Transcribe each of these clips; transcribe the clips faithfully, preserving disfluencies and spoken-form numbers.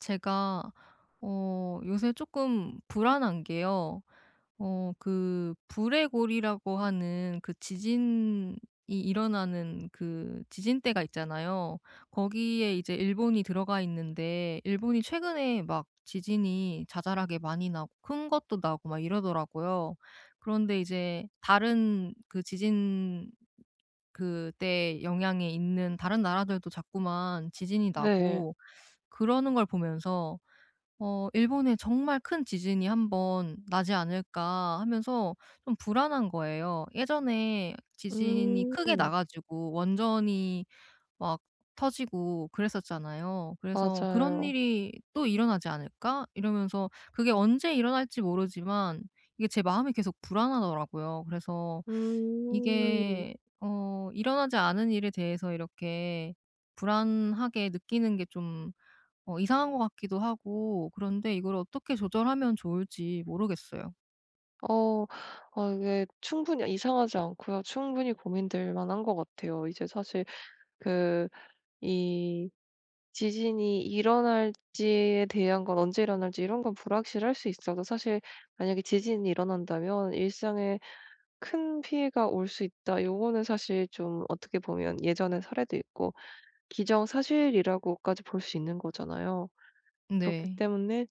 제가 어 요새 조금 불안한 게요. 어 그 불의 골이라고 하는 그 지진이 일어나는 그 지진대가 있잖아요. 거기에 이제 일본이 들어가 있는데, 일본이 최근에 막 지진이 자잘하게 많이 나고 큰 것도 나고 막 이러더라고요. 그런데 이제 다른 그 지진 그때 영향에 있는 다른 나라들도 자꾸만 지진이 네. 나고 그러는 걸 보면서 어 '일본에 정말 큰 지진이 한번 나지 않을까.' 하면서 좀 불안한 거예요. 예전에 지진이 음 크게 나 가지고 원전이 막 터지고 그랬었잖아요. 그래서 '그런 맞아요. 일이 또 일어나지 않을까?' 이러면서, 그게 언제 일어날지 모르지만 이게 제 마음이 계속 불안하더라고요. 그래서 음. 이게 어 일어나지 않은 일에 대해서 이렇게 불안하게 느끼는 게좀 어 이상한 것 같기도 하고, 그런데 이걸 어떻게 조절하면 좋을지 모르겠어요. 어 어, 이게 충분히 이상하지 않고요. 충분히 고민될 만한 것 같아요. 이제 사실 그 이 지진이 일어날지에 대한 건, 언제 일어날지 이런 건 불확실할 수 있어도, 사실 만약에 지진이 일어난다면 일상에 큰 피해가 올 수 있다, 요거는 사실 좀 어떻게 보면 예전의 사례도 있고 기정사실이라고까지 볼 수 있는 거잖아요. 그렇기 네. 때문에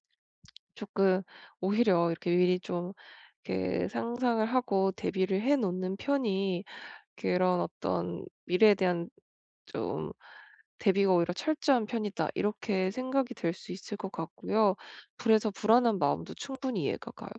조금, 오히려 이렇게 미리 좀 이렇게 상상을 하고 대비를 해 놓는 편이, 그런 어떤 미래에 대한 좀 대비가 오히려 철저한 편이다." 이렇게 생각이 될 수 있을 것 같고요. 그래서 불안한 마음도 충분히 이해가 가요.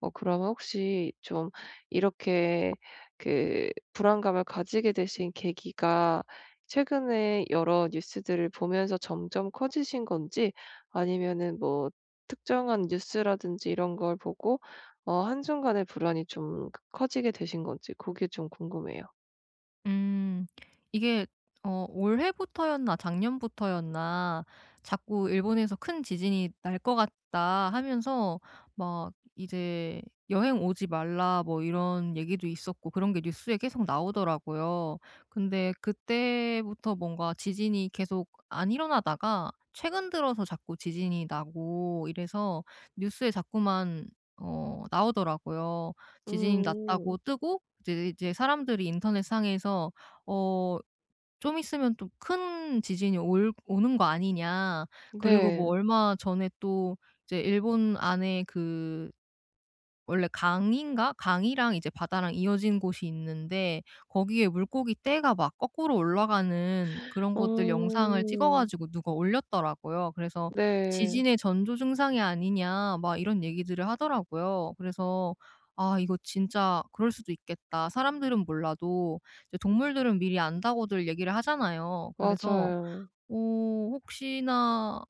어 그러면, 혹시 좀 이렇게 그 불안감을 가지게 되신 계기가, 최근에 여러 뉴스들을 보면서 점점 커지신 건지, 아니면은 뭐 특정한 뉴스라든지 이런 걸 보고 어 한순간에 불안이 좀 커지게 되신 건지, 그게 좀 궁금해요. 음. 이게 어 올해부터였나 작년부터였나 자꾸 일본에서 "큰 지진이 날 것 같다." 하면서 막 이제 "여행 오지 말라." 뭐 이런 얘기도 있었고, 그런 게 뉴스에 계속 나오더라고요. 근데 그때부터 뭔가 지진이 계속 안 일어나다가 최근 들어서 자꾸 지진이 나고 이래서 뉴스에 자꾸만 어 나오더라고요. 지진이 났다고 음. 뜨고, 이제 이제 사람들이 인터넷상에서 어 "좀 있으면 좀 큰 지진이 올 오는 거 아니냐." 그리고 네. 뭐 얼마 전에 또 이제 일본 안에 그 원래 강인가? 강이랑 이제 바다랑 이어진 곳이 있는데, 거기에 물고기 떼가 막 거꾸로 올라가는 그런 것들 영상을 찍어 어. 가지고 누가 올렸더라고요. 그래서 네. "지진의 전조 증상이 아니냐." 막 이런 얘기들을 하더라고요. 그래서 '아 이거 진짜 그럴 수도 있겠다.' 사람들은 몰라도 이제 동물들은 미리 안다고들 얘기를 하잖아요. 그래서 맞아요. 어 혹시나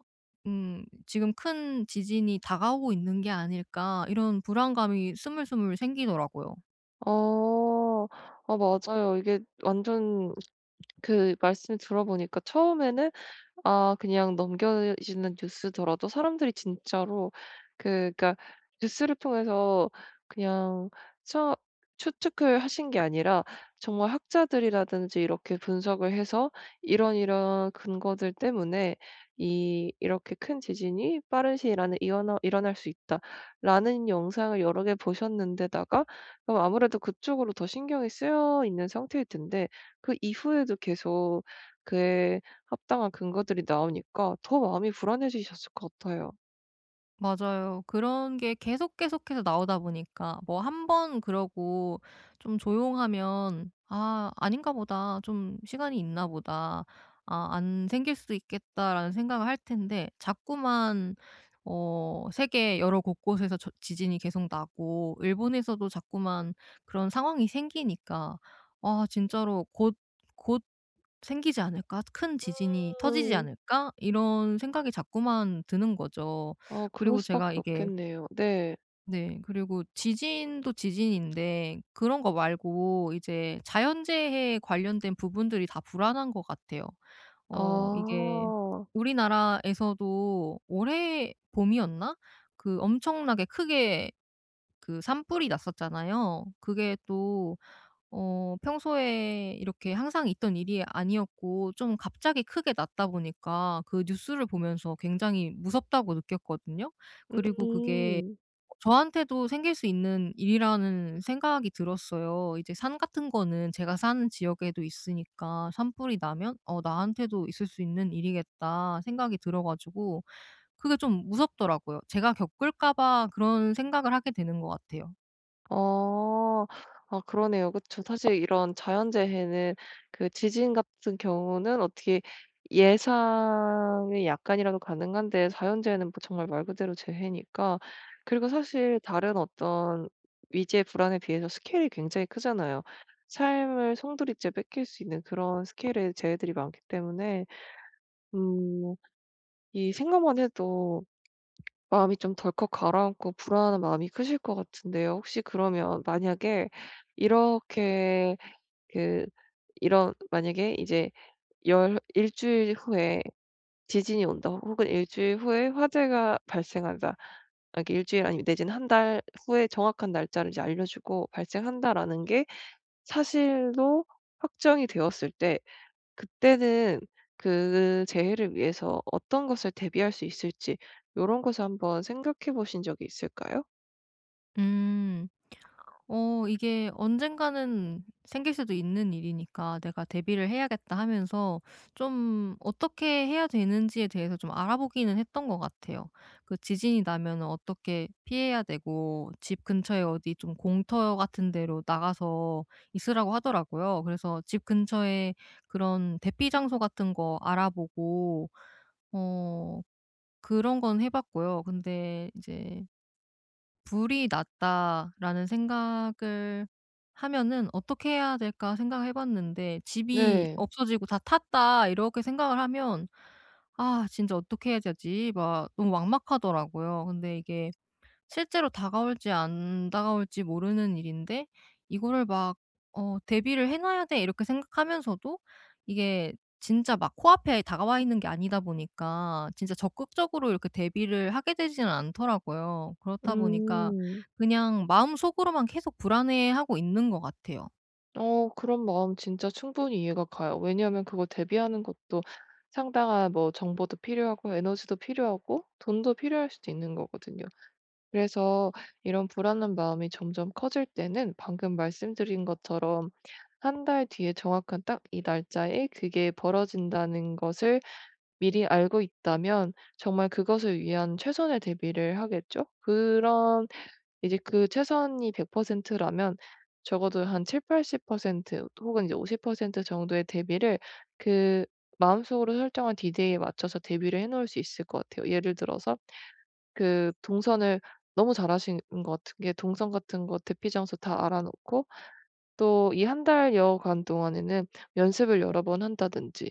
음 '지금 큰 지진이 다가오고 있는 게 아닐까.' 이런 불안감이 스물스물 생기더라고요. 어. 아 맞아요. 이게 완전, 그 말씀 들어보니까 처음에는, 아 그냥 넘겨지는 뉴스더라도, 사람들이 진짜로 그 그니까 뉴스를 통해서 그냥 처 추측을 하신 게 아니라, 정말 학자들이라든지 이렇게 분석을 해서 이런 이런 근거들 때문에 이 이렇게 큰 지진이 빠른 시일 안에 일어나 일어날 수 있다라는 영상을 여러 개 보셨는데다가, 그럼 아무래도 그쪽으로 더 신경이 쓰여 있는 상태일 텐데, 그 이후에도 계속 그의 합당한 근거들이 나오니까 더 마음이 불안해지셨을 것 같아요. 맞아요. 그런 게 계속 계속해서 나오다 보니까, 뭐 한 번 그러고 좀 조용하면 '아 아닌가 보다. 좀 시간이 있나 보다. 아 안 생길 수도 있겠다.'라는 생각을 할 텐데, 자꾸만 어 세계 여러 곳곳에서 저 지진이 계속 나고 일본에서도 자꾸만 그런 상황이 생기니까, 아 진짜로 곧곧 '생기지 않을까? 큰 지진이 터지지 음. 않을까?' 이런 생각이 자꾸만 드는 거죠. 아 그럴 그리고 제가 수밖에 이게 없겠네요. 네. 네. 그리고 지진도 지진인데, 그런 거 말고 이제 자연재해에 관련된 부분들이 다 불안한 것 같아요. 어 이게 아. 우리나라에서도 올해 봄이었나? 그 엄청나게 크게 그 산불이 났었잖아요. 그게 또 어 평소에 이렇게 항상 있던 일이 아니었고 좀 갑자기 크게 났다 보니까, 그 뉴스를 보면서 굉장히 무섭다고 느꼈거든요. 그리고 그게 음. 저한테도 생길 수 있는 일이라는 생각이 들었어요. 이제 산 같은 거는 제가 사는 지역에도 있으니까, 산불이 나면 '어 나한테도 있을 수 있는 일이겠다.' 생각이 들어 가지고 그게 좀 무섭더라고요. 제가 겪을까 봐 그런 생각을 하게 되는 것 같아요. 어. 아 그러네요. 그쵸. 사실 이런 자연재해는, 그 지진 같은 경우는 어떻게 예상이 약간이라도 가능한데, 자연재해는 뭐 정말 말 그대로 재해니까. 그리고 사실 다른 어떤 위기의 불안에 비해서 스케일이 굉장히 크잖아요. 삶을 송두리째 뺏길 수 있는 그런 스케일의 재해들이 많기 때문에, 음, 이 생각만 해도 마음이 좀 덜컥 가라앉고 불안한 마음이 크실 것 같은데요. 혹시 그러면 만약에, 이렇게 그 이런 만약에 이제 열 일 주일 후에 지진이 온다, 혹은 일 주일 후에 화재가 발생한다. 이렇게 일 주일, 아니면 내지는 한 달 후에 정확한 날짜를 이제 알려주고 발생한다라는 게 사실로 확정이 되었을 때, 그때는 그 재해를 위해서 어떤 것을 대비할 수 있을지, 요런 것을 한번 생각해 보신 적이 있을까요? 음. 어 이게 언젠가는 생길 수도 있는 일이니까 '내가 대비를 해야겠다.' 하면서 좀 어떻게 해야 되는지에 대해서 좀 알아보기는 했던 것 같아요. 그 지진이 나면 어떻게 피해야 되고 집 근처에 어디 좀 공터 같은 데로 나가서 있으라고 하더라고요. 그래서 집 근처에 그런 대피 장소 같은 거 알아보고 어 그런 건 해 봤고요. 근데 이제 '불이 났다.'라는 생각을 하면은 '어떻게 해야 될까?' 생각해 봤는데, '집이 네. 없어지고 다 탔다.' 이렇게 생각을 하면 '아 진짜 어떻게 해야 되지?' 막 너무 막막하더라고요. 근데 이게 실제로 다가올지 안 다가올지 모르는 일인데 이거를 막 어 '대비를 해 놔야 돼.' 이렇게 생각하면서도, 이게 진짜 막 코앞에 다가와 있는 게 아니다 보니까 진짜 적극적으로 이렇게 대비를 하게 되지는 않더라고요. 그렇다 보니까 음. 그냥 마음속으로만 계속 불안해하고 있는 것 같아요. 어 그런 마음 진짜 충분히 이해가 가요. 왜냐하면 그거 대비하는 것도 상당한, 뭐 정보도 필요하고 에너지도 필요하고 돈도 필요할 수도 있는 거거든요. 그래서 이런 불안한 마음이 점점 커질 때는, 방금 말씀드린 것처럼 한 달 뒤에 정확한 딱 이 날짜에 그게 벌어진다는 것을 미리 알고 있다면, 정말 그것을 위한 최선의 대비를 하겠죠. 그런, 이제 그 최선이 백 퍼센트 라면, 적어도 한 칠십~팔십 퍼센트 혹은 이제 오십 퍼센트 정도의 대비를 그 마음속으로 설정한 디데이에 맞춰서 대비를 해 놓을 수 있을 것 같아요. 예를 들어서 그 동선을 너무 잘하시는 것 같은 게, 동선 같은 거 대피 장소 다 알아 놓고, 또 이 한 달여간 동안에는 연습을 여러 번 한다든지,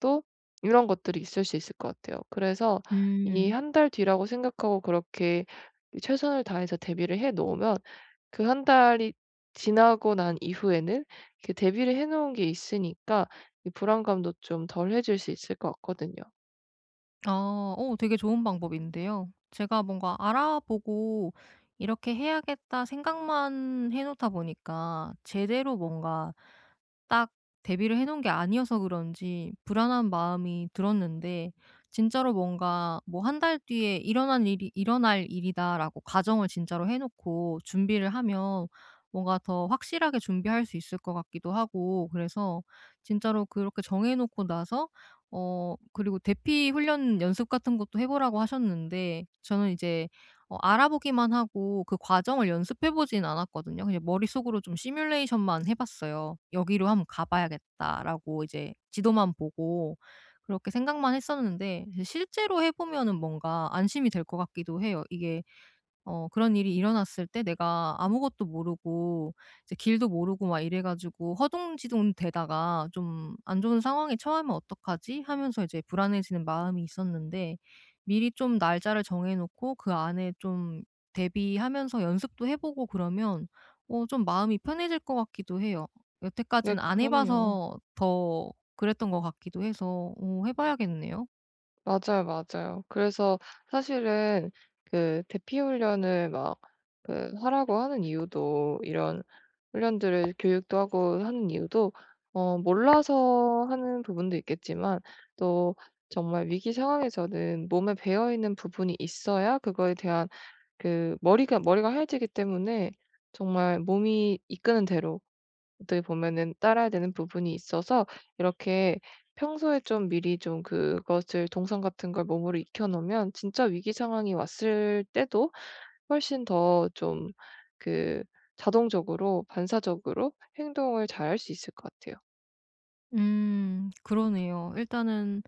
또 이런 것들이 있을 수 있을 것 같아요. 그래서 이 음. 한 달 뒤라고 생각하고 그렇게 최선을 다해서 대비를 해 놓으면, 그 한 달이 지나고 난 이후에는 그 대비를 해 놓은 게 있으니까 이 불안감도 좀 덜해질 수 있을 것 같거든요. 아 오, 되게 좋은 방법인데요. 제가 뭔가 알아보고 '이렇게 해야겠다.' 생각만 해 놓다 보니까 제대로 뭔가 딱 대비를 해 놓은 게 아니어서 그런지 불안한 마음이 들었는데, 진짜로 뭔가 뭐 한 달 뒤에 일어난 일이 일어날 일이다.'라고 가정을 진짜로 해 놓고 준비를 하면 뭔가 더 확실하게 준비할 수 있을 것 같기도 하고. 그래서 진짜로 그렇게 정해 놓고 나서. 어 그리고 대피 훈련 연습 같은 것도 해 보라고 하셨는데, 저는 이제 어 알아보기만 하고 그 과정을 연습해 보진 않았거든요. 그냥 머릿속으로 좀 시뮬레이션만 해 봤어요. '여기로 한번 가 봐야겠다.'라고 이제 지도만 보고 그렇게 생각만 했었는데, 실제로 해 보면은 뭔가 안심이 될 것 같기도 해요. 이게 어 그런 일이 일어났을 때 내가 아무것도 모르고 이제 길도 모르고 막 이래 가지고 허둥지둥 되다가 '좀 안 좋은 상황에 처하면 어떡하지?' 하면서 이제 불안해지는 마음이 있었는데, 미리 좀 날짜를 정해 놓고 그 안에 좀 대비하면서 연습도 해 보고 그러면 어 좀 마음이 편해질 것 같기도 해요. 네 여태까지는 안 해 그럼요. 봐서 더 그랬던 것 같기도 해서 어 해 봐야겠네요. 맞아요, 맞아요. 그래서 사실은 그 대피 훈련을 막 그 하라고 하는 이유도, 이런 훈련들을 교육도 하고 하는 이유도, 어 몰라서 하는 부분도 있겠지만, 또 정말 위기 상황에서는 몸에 배어 있는 부분이 있어야, 그거에 대한 그 머리가 머리가 하얘지기 때문에, 정말 몸이 이끄는 대로 어떻게 보면은 따라야 되는 부분이 있어서, 이렇게 평소에 좀 미리 좀 그것을 동선 같은 걸 몸으로 익혀 놓으면, 진짜 위기 상황이 왔을 때도 훨씬 더 좀, 그 자동적으로 반사적으로 행동을 잘 할 수 있을 것 같아요. 음 그러네요. 일단은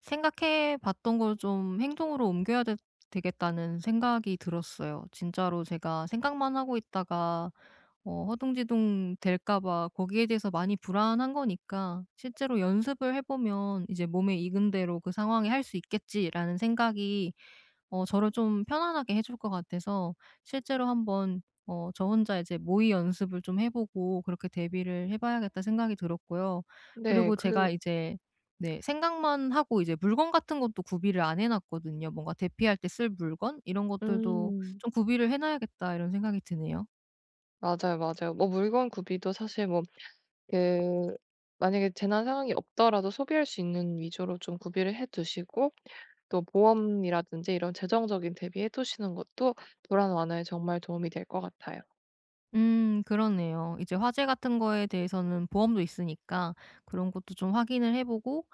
생각해 봤던 걸 좀 행동으로 옮겨야 되 되겠다는 생각이 들었어요. 진짜로 제가 생각만 하고 있다가 어 허둥지둥 될까 봐 거기에 대해서 많이 불안한 거니까, 실제로 연습을 해 보면 이제 몸에 익은 대로 '그 상황에 할 수 있겠지.'라는 생각이 어 저를 좀 편안하게 해줄 것 같아서 실제로 한번 어 저 혼자 이제 모의 연습을 좀 해 보고 그렇게 데뷔를 해 봐야겠다 생각이 들었고요. 네. 그리고 제가 그리고 이제 네. 생각만 하고 이제 물건 같은 것도 구비를 안 해 놨거든요. 뭔가 대피할 때 쓸 물건 이런 것들도 음. 좀 '구비를 해 놔야겠다.' 이런 생각이 드네요. 맞아요, 맞아요. 뭐 물건 구비도 사실 뭐그 만약에 재난 상황이 없더라도 소비할 수 있는 위주로 좀 구비를 해 두시고, 또 보험이라든지 이런 재정적인 대비해 두시는 것도 불안 완화에 정말 도움이 될 것 같아요. 음 그러네요. 이제 화재 같은 거에 대해서는 보험도 있으니까 그런 것도 좀 확인을 해 보고,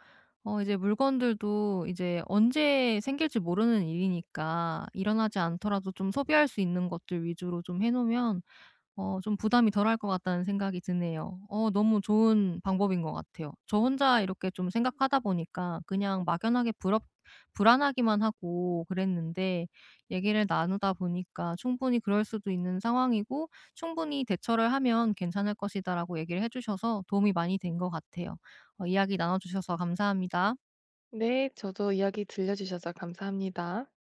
어 이제 물건들도 이제 언제 생길지 모르는 일이니까 일어나지 않더라도 좀 소비할 수 있는 것들 위주로 좀 해 놓으면 어 좀 부담이 덜할 것 같다는 생각이 드네요. 어 너무 좋은 방법인 것 같아요. 저 혼자 이렇게 좀 생각하다 보니까 그냥 막연하게 부럽 불안하기만 하고 그랬는데, 얘기를 나누다 보니까 '충분히 그럴 수도 있는 상황이고 충분히 대처를 하면 괜찮을 것이다'라고 얘기를 해 주셔서 도움이 많이 된 것 같아요. 어 이야기 나눠 주셔서 감사합니다. 네, 저도 이야기 들려 주셔서 감사합니다.